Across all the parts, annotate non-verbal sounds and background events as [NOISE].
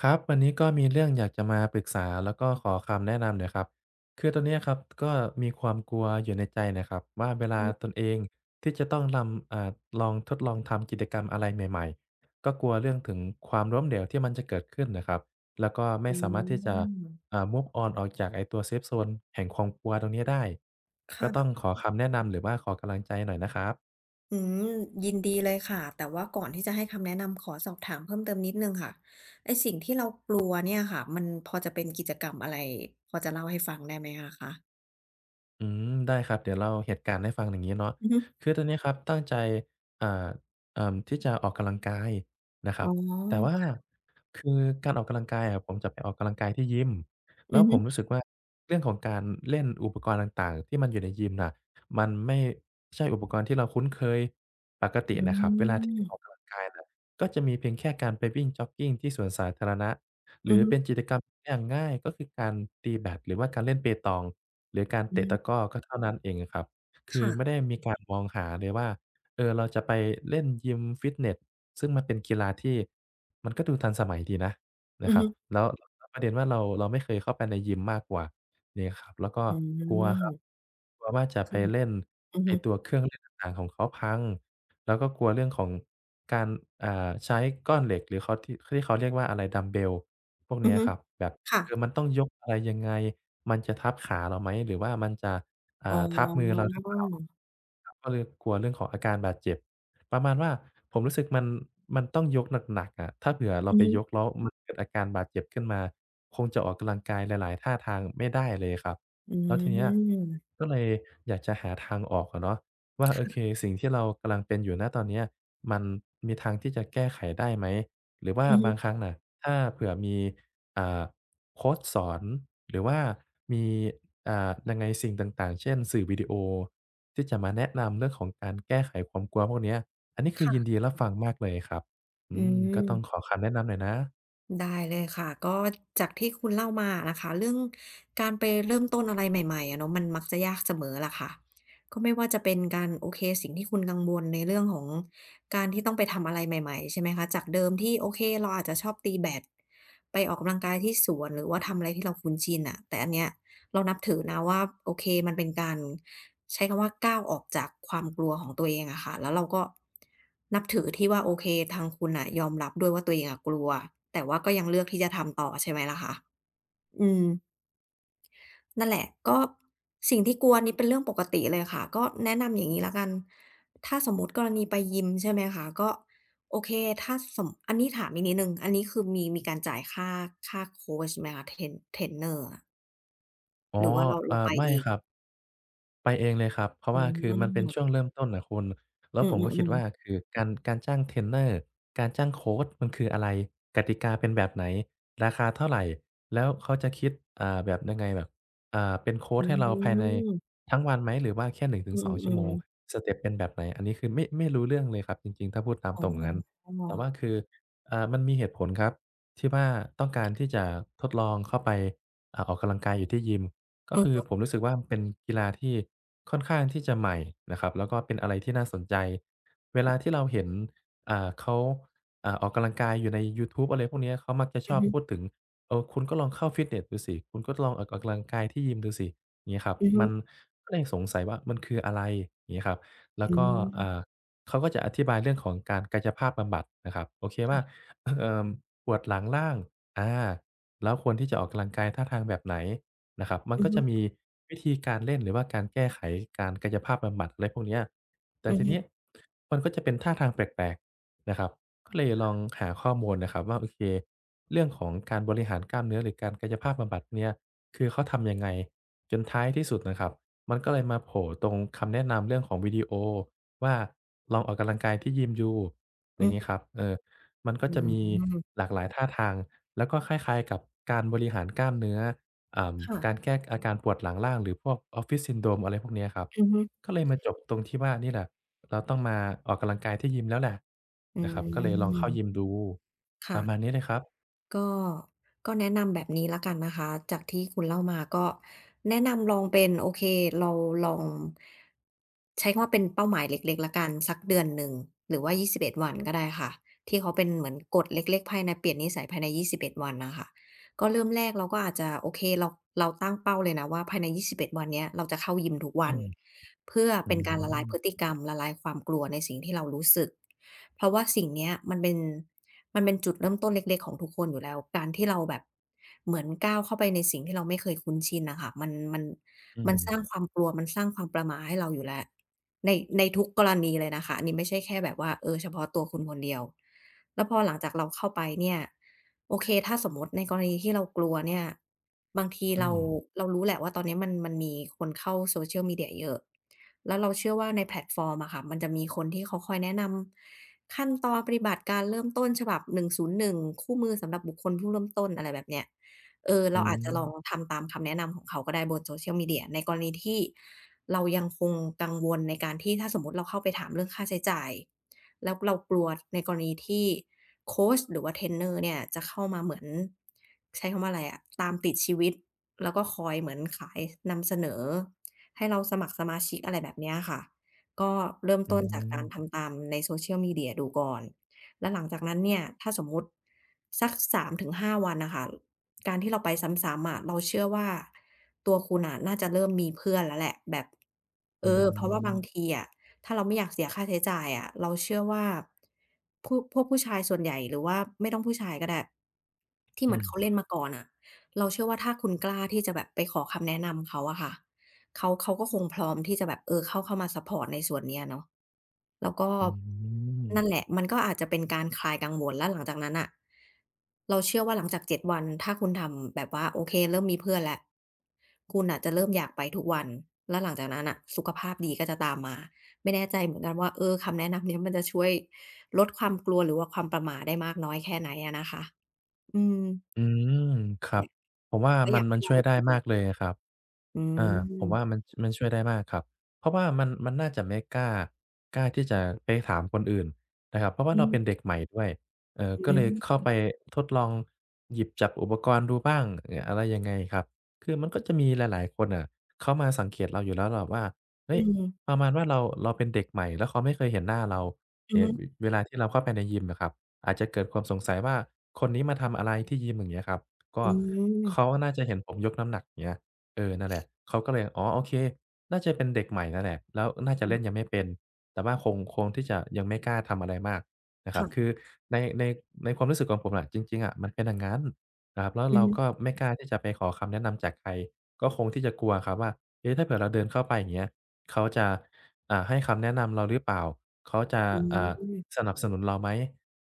ครับวันนี้ก็มีเรื่องอยากจะมาปรึกษาแล้วก็ขอคำแนะนำหน่อยครับคือตอนเนี้ยครับก็มีความกลัวอยู่ในใจนะครับว่าเวลาอตนเองที่จะต้องลำอ่าลองทดลองทำกิจกรรมอะไรใหม่ๆก็กลัวเรื่องถึงความล้มเหลวที่มันจะเกิดขึ้นน่ะครับแล้วก็ไม่ืสามารถที่จะมmove on ออกจากไอ้ตัวเซฟโซนแห่งความกลัวตรงนี้ได้ก็ต้องค่ะขอคำแนะนำหรือว่าขอกำลังใจหน่อยนะครับ อืมยินดีเลยค่ะแต่ว่าก่อนที่จะให้คำแนะนำขอสอบถามเพิ่มเติมนิดหนึ่งค่ะไอ้สิ่งที่เรากลัวเนี่ยค่ะมันพอจะเป็นกิจกรรมอะไรพอจะเล่าให้ฟังได้ไหมอะคะอืมได้ครับเดี๋ยวเล่าเหตุการณ์ให้ฟังอย่างงี้เนาะอือฮึคือตอนนี้ครับตั้งใจอ่าที่จะออกกำลังกายนะครัอ๋บแต่ว่าอคือการออกกำลังกายอะผมจะไปออกกำลังกายที่ยิมอืแล้วอผมฮึรู้สึกว่าเรื่องของการเล่นอุปกรณ์ต่างๆที่มันอยู่ในยิมน่ะมันไม่ใช่อุปกรณ์ที่เราคุ้นเคยปกติอืนะครับเวลาที่ไปออกมกำลังกายน่ะก็จะมีเพียงแค่การไปวิ่งจ็อกกิงที่สวนสาธารณะ หอืรืออฮึเป็นกิจกรรมอย่างง่ายก็คือการตีแบดหรือว่าการเล่นเปตองหรือการอืเตะตะกมร้อก็เท่านั้นเองอะครับคือค่ะไม่ได้มีการมองหาเลยว่าเออเราจะไปเล่นยิมฟิตเนสซึ่งมันเป็นกีฬาที่มันก็ดูทันสมัยดีนะ นะอืคอรับฮึแล้วประเด็นว่าเราไม่เคยเข้าไปในยิมมากกว่านี่ครับแล้วก็อืกลัวครับมกลัวว่าจะไปคือเล่นอือไอ้ฮึตัวเครื่องเล่นต่างๆของเขาพังแล้วก็กลัวเรื่องของการอ่าใช้ก้อนเหล็กหรือเขาที่ที่เขาเรียกว่าอะไรดัมบ์เบลพวกอืเนี้อยฮึครับแบบค่ะเออมันต้องยกอะไรยังไงมันจะทับขาเราไหมหรือว่ามันจะอ๋อทับมือเราหรือเปล่าครับก็เลยกลัวเรื่องของอาการบาดเจ็บ ประมาณว่าผมรู้สึกมันต้องยกหนักๆอะถ้าเผื่อเราอือไปฮึยกแล้วมันเกิดอาการบาดเจ็บขึ้นมาคงจะออกกำลังกายหลายๆท่าทางไม่ได้เลยครับอืแล้วทีเนี้ยมก็เลยอยากจะหาทางออกอะเนาะว่าโอเคค่ะสิ่งที่เรากำลังเป็นอยู่ณตอนเนี้ยมันมีทางที่จะแก้ไขได้ไหมหรือว่าอือฮึบางครั้งน่ะถ้าเผื่อมีอ่าโคชสอนหรือว่ามียังไงสิ่งต่างๆเช่นสื่อวิดีโอที่จะมาแนะนำเรื่องของการแก้ไขความกลัวพวกเนี้ย อันนี้คือยินดีค่ะรับฟังมากเลยครับอือืมก็ต้องขม อคำแนะนำหน่อยนะ ได้เลยค่ะก็จากที่คุณเล่ามานะคะเรื่องการไปเริ่มต้นอะไรใหม่ๆอะเนาะมันมักจะยากเสมอล่ะค่ะก็ไม่ว่าจะเป็นการโอเคสิ่งที่คุณกังวลในเรื่องของการที่ต้องไปทำอะไรใหม่ๆใช่ไหมคะจากเดิมที่โอเคเราอาจจะชอบตีแบดไปออกกำลังกายที่สวนหรือว่าทำอะไรที่เราคุ้นชินอ่ะแต่อันเนี้ย เรานับถือนะว่าโอเคมันเป็นการใช้คำว่าก้าวออกจากความกลัวของตัวเองอะค่ะแล้วเราก็นับถือที่ว่าโอเคทางคุณน่ะยอมรับด้วยว่าตัวเองอะกลัวแต่ว่าก็ยังเลือกที่จะทำต่อใช่ไหมล่ะคะอืมนั่นแหละก็สิ่งที่กลัวนี่เป็นเรื่องปกติเลยค่ะก็แนะนำอย่างงี้แล้วกันถ้าสมมุติกรณีไปยิมใช่ไหมคะก็โอเคถ้าสมอันนี้ถามอีกนิดหนึ่งอันนี้คือมีการจ่ายค่าโคชไหมคะเทรนเนอร์อะอ๋อหรือว่าเราเราไปไม่เองครับ ไปเองเลยครับเพราะอืว่าคือมันเป็นม ช่วงเริ่มต้นอะคุณแล้วอืผมก็คิดมว่าๆๆคือการจ้างเทรนเนอร์การจ้างโคชมันคืออะไรกติกาเป็นแบบไหนราคาเท่าไรแล้วเขาจะคิดแบบยังไงแบบเป็นโคชอืให้เราภายในมทั้งวันไหมหรือว่าแค่หนึ่งถึอืงสองชั่วโมมงๆๆสเต็ปเป็นแบบไหนอันนี้คือไม่รู้เรื่องเลยครับจริงๆถ้าพูดตามอ๋ตรงอย่างงั้นอแต่ว่าคือมันมีเหตุผลครับที่ว่าต้องการที่จะทดลองเข้าไปออกกำลังกายอยู่ที่ยิม ก็คือผมรู้สึกว่ามันเป็นกีฬาที่ค่อนข้างที่จะใหม่นะครับแล้วก็เป็นอะไรที่น่าสนใจเวลาที่เราเห็นเขาออกกำลังกายอยู่ในยูทูบอะไรพวกเนี้ยเขามักจะชอืออบฮึพูดถึงเออคุณก็ลองเข้าฟิตเนสดูสิคุณก็ลองออกกำลังกายที่ยิมดูสิอย่างงี้ครับอือฮึอืมัอนฮึก็เลยสงสัยว่ามันคืออะไรอย่างงี้ครับแล้วอืก็อ่ามเขาก็จะอธิบายเรื่องของการกายภาพบำบัดนะครับโอเคว่า ค่ะ [LAUGHS] เอ่อปวดหลังล่างอาแล้วควรที่จะออกกำลังกายท่าทางแบบไหน นะครับมันอือก็ฮึจะมีวิธีการเล่นหรือว่าการแก้ไขการกายภาพบำบัดอะไรพวกเนี้ยแต่อือทีฮึเนี้ยมันก็จะเป็นท่าทางแปลกๆนะครับก็เลยลองหาข้อมูลนะครับว่าโอเคเรื่องของการบริหารกล้ามเนื้อหรือการกายภาพบำบัดเนี่ยคือเขาทำยังไงจนท้ายที่สุดนะครับมันก็เลยมาโผล่ตรงคำแนะนำเรื่องของวิดีโอว่าลองออกกำลังกายที่ยิมดูออืย่างงี้คอรับเออมันก็อืจะมีมหลากหลายท่าทางแล้วก็คล้ายๆกับการบริหารกล้ามเนื้อ อ่าการค่ะแก้อาการปวดหลังล่างหรือพวก Office Syndrome อะไรพวกเนี้ยครับอือฮึก็เลยมาจบตรงที่ว่านี่แหละเราต้องมาออกกำลังกายที่ยิมแล้วแหละอืนะครับก็เลยลองเข้ายิมมดูปค่ะ ระมาณนี้เลยครับก็ก็แนะนำแบบนี้แล้วกันนะคะจากที่คุณเล่ามาก็แนะนำลองเป็นโอเคเราลองใช้คำว่าเป็นเป้าหมายเล็กๆแล้วกันสักเดือนหนึ่งหรือว่า21วันก็ได้ค่ะที่เขาเป็นเหมือนกฎเล็กๆภายในเปลี่ยนนิสัยภายใน21วันน่ะค่ะก็เริ่มแรกเราก็อาจจะโอเคเราตั้งเป้าเลยนะว่าภายใน21วันเนี้ยเราจะเข้ายิมทุกอืวันมเพื่ออืเป็นการละลายมพฤติกรรมละลายความกลัวในสิ่งที่เรารู้สึกเพราะว่าสิ่งเนี้ยมันเป็น มันเป็นจุดเริ่มต้นเล็กๆของทุกคนอยู่แล้ว การที่เราแบบเหมือนก้าวเข้าไปในสิ่งที่เราไม่เคยคุ้นชินน่ะค่ะมัน อืมมันสร้างความกลัวมันสร้างความประหม่าให้เราอยู่แล้วในในทุกกรณีเลยนะคะอันนี้ไม่ใช่แค่แบบว่าเออเฉพาะตัวคุณคนเดียวแล้วพอหลังจากเราเข้าไปเนี่ยโอเคถ้าสมมุติในกรณีที่เรากลัวเนี่ยบางทีอืเรามเรารู้แหละว่าตอนนี้มันมีคนเข้า social media เยอะแล้วเราเชื่อว่าในแพลตฟอร์มอะค่ะมันจะมีคนที่เขาคอยแนะนำขั้นตอนปฏิบัติการเริ่มต้นฉบับ101คู่มือสำหรับบุคคลผู้เริ่มต้นอะไรแบบเนี้ย เอออืเราอาจจะลองมทำตามคำแนะนำของเขาก็ได้บน Social Media ในกรณีที่เรายังคงกังวลในการที่ถ้าสมมุติเราเข้าไปถามเรื่องค่าใช้จ่ายแล้วเรากลัวในกรณีที่โคชหรือว่าเทรนเนอร์เนี่ยจะเข้ามาเหมือนใช้คำว่าอะไรอะตามติดชีวิตแล้วก็คอยเหมือนขายนำเสนอให้เราสมัครสมาชิกอะไรแบบเนี้ยค่ะก็เริ่มอืต้นจากกามรทำตามใน Social Media ดูก่อนแล้วหลังจากนั้นเนี่ยถ้าสมมุติสัก3-5 วันน่ะค่ะ การที่เราไปซ้ำๆอะเราเชื่อว่าตัวคุณน่ะน่าจะเริ่มมีเพื่อนแล้วแหละแบบเออือเพราะว่าบางมทีอะถ้าเราไม่อยากเสียค่าใช้จ่ายอะเราเชื่อว่าพวกผู้ชายส่วนใหญ่หรือว่าไม่ต้องผู้ชายก็ได้ที่เหอืมือมนเขาเล่นมาก่อนอะเราเชื่อว่าถ้าคุณกล้าที่จะแบบไปขอคำแนะนำเขาอะค่ะ เขาก็คงพร้อมที่จะแบบเออเข้ามาซัปพอร์ตในส่วนเนี้ยเนาะแล้วก็อืนั่นม แหละมันก็อาจจะเป็นการคลายกังวลแล้วหลังจากนั้นน่ะเราเชื่อว่าหลังจาก7วันถ้าคุณทำแบบว่าโอเคเริ่มมีเพื่อนแล้วคุณน่ะจะเริ่มอยากไปทุกวันแล้วหลังจากนั้นน่ะสุขภาพดีก็จะตามมาไม่แน่ใจเหมือนกันว่าเออคำแนะนำเนี้ยมันจะช่วยลดความกลัวหรือว่าความประหม่าได้มากน้อยแค่ไหนอะนะคะอืมอืมครัแต่บผมว่าก็อมันยากมัให้นลอช่งวไปยได้ใช้ดูมากเลยอะครับอือาผมว่ามมันช่วยได้มากครับเพราะว่ามันน่าจะไม่กล้าที่จะไปถามคนอื่นนะครับเพราะว่าอืเราเป็นอเด็กใหม่ด้วยอืก็เลยเข้าอไปทดลองหยิบจับอุปกรณ์ดูบ้างอะไรยังไงครับคือมันก็จะมีหลายๆคนน่ะเขามาสังเกตเราอยู่แล้วแหละว่าเฮ้อืยปมระมาณว่าเราเป็นเด็กใหม่แล้วเขาไม่เคยเห็นหน้าเราอือเนี่ยฮึ เวลาที่เราเข้าไปในยิมอะครับ อาจจะเกิดความสงสัยว่าคนนี้มาทำอะไรที่ยิมอย่างเงี้ยครับก็อืมเขาน่าจะเห็นผมยกน้ำหนักอย่างเงี้ยเออนั่นแหละเขาก็เลยอ๋อโอเคน่าจะเป็นเด็กใหม่นั่นแหละแล้วน่าจะเล่นยังไม่เป็นแต่ว่าคงที่จะยังไม่กล้าทำอะไรมากนะครับคือค่ะในในในความรู้สึกของผมอะจริงๆอะมันเป็นอย่างงั้นนะครับแล้วอืเราก็มไม่กล้าที่จะไปขอคำแนะนำจากใครก็คงที่จะกลัวครับว่าเอ๊ะถ้าเผื่อเราเดินเข้าไปอย่างเงี้ยเขาจะให้คำแนะนำเราหรือเปล่าเขาจะอืมอ่า อันนสนับสนุนเราไหม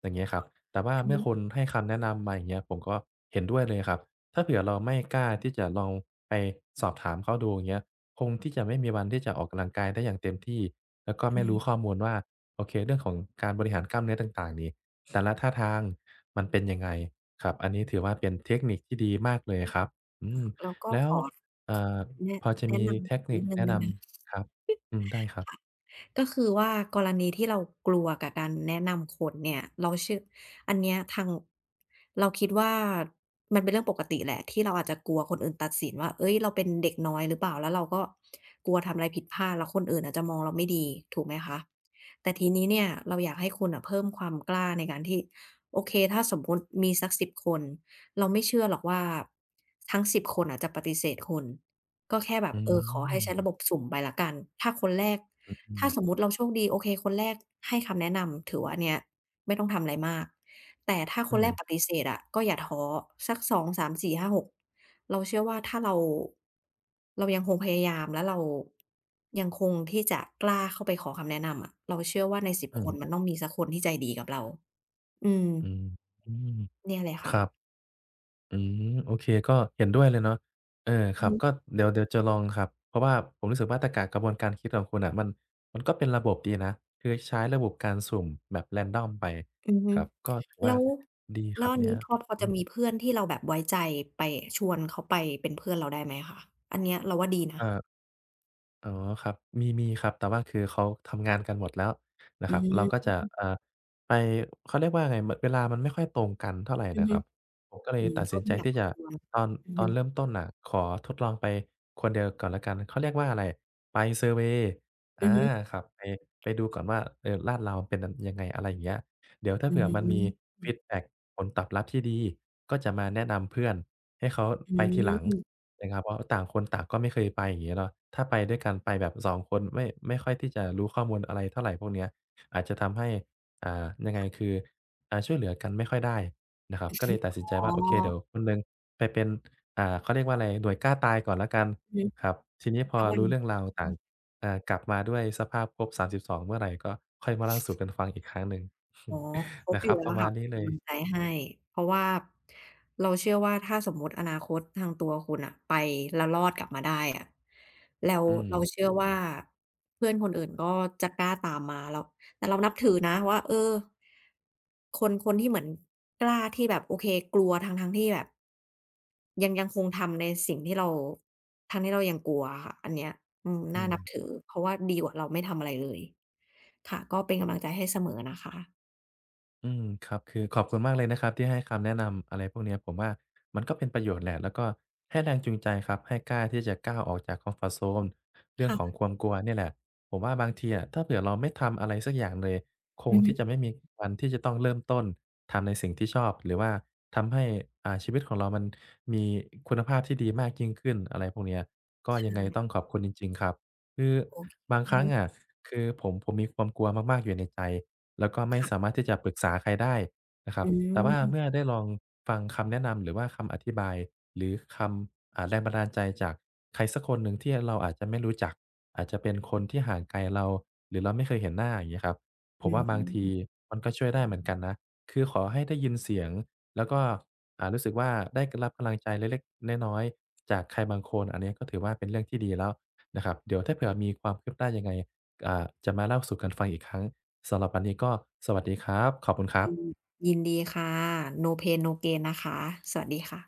อย่างเงี้ยครับแต่ว่าเมื่อี้คุณให้คำแนะนำมาอย่างเงี้ยผมก็เห็นด้วยเลยครับถ้าเผื่อเราไม่กล้าที่จะลองไปสอบถามเขาดูอย่างเงี้ยคงที่จะไม่มีวันที่จะออกกำลังกายได้อย่างเต็มที่แล้วก็อืไม่มรู้ข้อมูลว่าโอเคเรื่องของการบริหารกล้ามเนื้อต่างๆนี่แต่ละท่าทางมันเป็นยังไงครับอันนี้ถือว่าเป็นเทคนิคที่ดีมากเลยครับอืมเราก็แล้ขวอเอ่อแนะพอจะแนะมีนำอีเทกคนินิคดหนึ่งแนะนนะคะ ำครับอืมได้ครับก็คือว่ากรณีที่เรากลัวกับการแนะนำคนเนี่ยเราเชื่ออันเนี้ยทางเราคิดว่ามันเป็นเรื่องปกติแหละที่เราอาจจะกลัวคนอื่นตัดสินว่าเฮ้ยเราเป็นเด็กน้อยหรือเปล่าแล้วเราก็กลัวทำอะไรผิดพลาดแล้วคนอื่นอาจจะมองเราไม่ดีถูกไหมคะแต่ทีนี้เนี่ยเราอยากให้คุณน่ะเพิ่มความกล้าในการที่โอเคถ้าสมมุติมีสักสิบคนเราไม่เชื่อหรอกว่าทั้งสิบคนอะจะปฏิเสธคุณก็แค่แบบอืเออขอให้มใช้ระบบสุ่มไปแล้วกันถ้าคนแรก อือถ้าสมมุติเราโชคดีโอเคคนแรกให้คำแนะนำถือว่าอันเนี้ยไม่ต้องทำอะไรมากแต่ถ้าคอืนอแรกปฏิเสธอะก็อย่าท้อสัก2้าหกเราเชื่อว่าถ้าเรายังคงพยายามแล้วเรายังคงที่จะกล้าเข้าไปขอคำแนะนำอะเราเชื่อว่าใน10อืคนมมันม ต้องมีสักคนที่ใจดีกับเราอืมอืมอืมเนี่ยเลยครับค่ะอืมโอเคก็เห็นด้วยเลยเนาะเออคอือรับก็ฮึเดี๋ยวจะลองครับเพราะว่าผมรู้สึกว่าตรรกะกระบวนการคิดของคุณน่ะมันก็เป็นระบบดีนะคือใช้ระบบการสุ่มแบบ random ไปอือคฮึรับก็ถือว่าแล้วดีคแล้รับวอันเนี่ยนี้พอจะมีเพื่อนที่เราแบบไว้ใจไปชวนเขาไปเป็นเพื่อนเราได้ไหมคะอันเนี้ยเราว่าดีเอนะอ อ๋อครับมีครับแต่ว่าคือเขาทำงานกันหมดแล้วนะอืครับเราก็ม จะอ่าไปเขาเรียกว่าไงมเวลามันไม่ค่อยตรงกันเท่าไรอือน่ะคฮึรับผมก็เลอืยมตัดก็สินใจไม่อยากที่รบจะกวนตอนอือตอฮึนเริ่มต้นน่ะขอทดลองไปคนเดียวก่อนแล้วกันเขาเรียกว่าอะไรไปเซอร์เวย์อาอือฮึครับไปดูก่อนว่าเออลาดเราเป็นนยังไงอะไรอย่างเงี้ย เดี๋ยวถ้าอืเผื่อมันมีมฟีดแบ็กผลตอบรับที่ดีก็จะมาแนะนำเพื่อนให้เขาอืไปทีหลังมนะครับเพราะต่างคนต่างก็ไม่เคยไปอย่างงี้เนาะถ้าไปด้วยกันไปแบบ2คนไม่ค่อยที่จะรู้ข้อมูลอะไรเท่าไรพวกเนี้ยอาจจะทำให้ยังไงคือช่วยเหลือกันไม่ค่อยได้นะครับก็เลยตัดสินใจอ๋ว่าอโอเคเดี๋ยวคนหนึ่งไปเป็นเขาเรียกว่าอะไรหน่วยกล้าตายก่อนแล้วกันอือฮึครับทีนี้พอแล้ววัน รู้เรื่องราวต่างกลับมาด้วยสภาพครบ32เมื่อไรก็ค่อยมาเล่าสู่กันฟังอีกครั้งหนึ่ง อ๋อครบนะคอรัยู่บแล้ปวระมาณค่ะเป็นี้นเลกำลังใจยให้เพราะว่าเราเชื่อว่าถ้าสมมุติอนาคตทางตัวคุณน่ะไปแล้วรอดกลับมาได้อะแล้วอืมเราเชื่อว่าเพื่อนคนอื่นก็จะกล้าตามมาเราแต่เรานับถือนะว่าเออคนที่เหมือนกล้าที่แบบโอเคกลัวทั้งๆที่แบบยังคงทำในสิ่งที่เราทั้งที่เรายังกลัวอะค่ะอันเนี้ยอืมอืน่าม นับถือเพราะว่าดีกว่าเราไม่ทำอะไรเลยค่ะก็เป็นกำลังใจให้เสมอนะคะ อืมครับคือขอบคุณมากเลยนะครับที่ให้คำแนะนำอะไรพวกเนี้ยผมว่ามันก็เป็นประโยชน์แหละแล้วก็ให้แรงจูงใจครับให้กล้าที่จะก้าวออกจากคอมฟอร์ตโซนเรื่องของค่ะความกลัวเนี่ยแหละผมว่าบางทีอะถ้าเผื่อเราไม่ทำอะไรสักอย่างเลยคอืงอฮึที่จะไม่มีวันที่จะต้องเริ่มต้นทำในสิ่งที่ชอบหรือว่าทำให้ชีวิตของเรามันมีคุณภาพที่ดีมากยิ่งขึ้นอะไรพวกเนี้ยก็ยัใช่งไงต้องขอบคุณจริงๆครับคือโอเคบางคอือรั้งฮึอะคือผมมีความกลัวมากๆอยู่ในใจ แล้วก็ไม่สาค่ะมารถที่จะปรึกษาใครได้นะครัอืบแต่ว่าเมื่อมได้ลองฟังคำแนะนำหรือว่าคำอธิบายหรือคำแรงบันดาลใจจากใครสักคนหนึ่งที่เราอาจจะไม่รู้จักอาจจะเป็นคนที่ห่างไกลเราหรือเราไม่เคยเห็นหน้าอย่างเงี้ยครับผอืมว่าบางทีมมันก็ช่วยได้เหมือนกันนะคือขอให้ได้ยินเสียงแล้วก็รู้สึกว่าได้รับกำลังใจเล็กๆน้อยๆจากใครบางคนอันเนี้ยก็ถือว่าเป็นเรื่องที่ดีแล้วนะครับเดี๋ยวถ้าเผื่อมีความคืบหน้ายังไงจะมาเล่าสู่กันฟังอีกครั้ง สำหรับวันนี้ก็สวัสดีครับขอบคุณครัยินบยินดีค่ะ No pain no gain นะคะสวัสดีค่ะ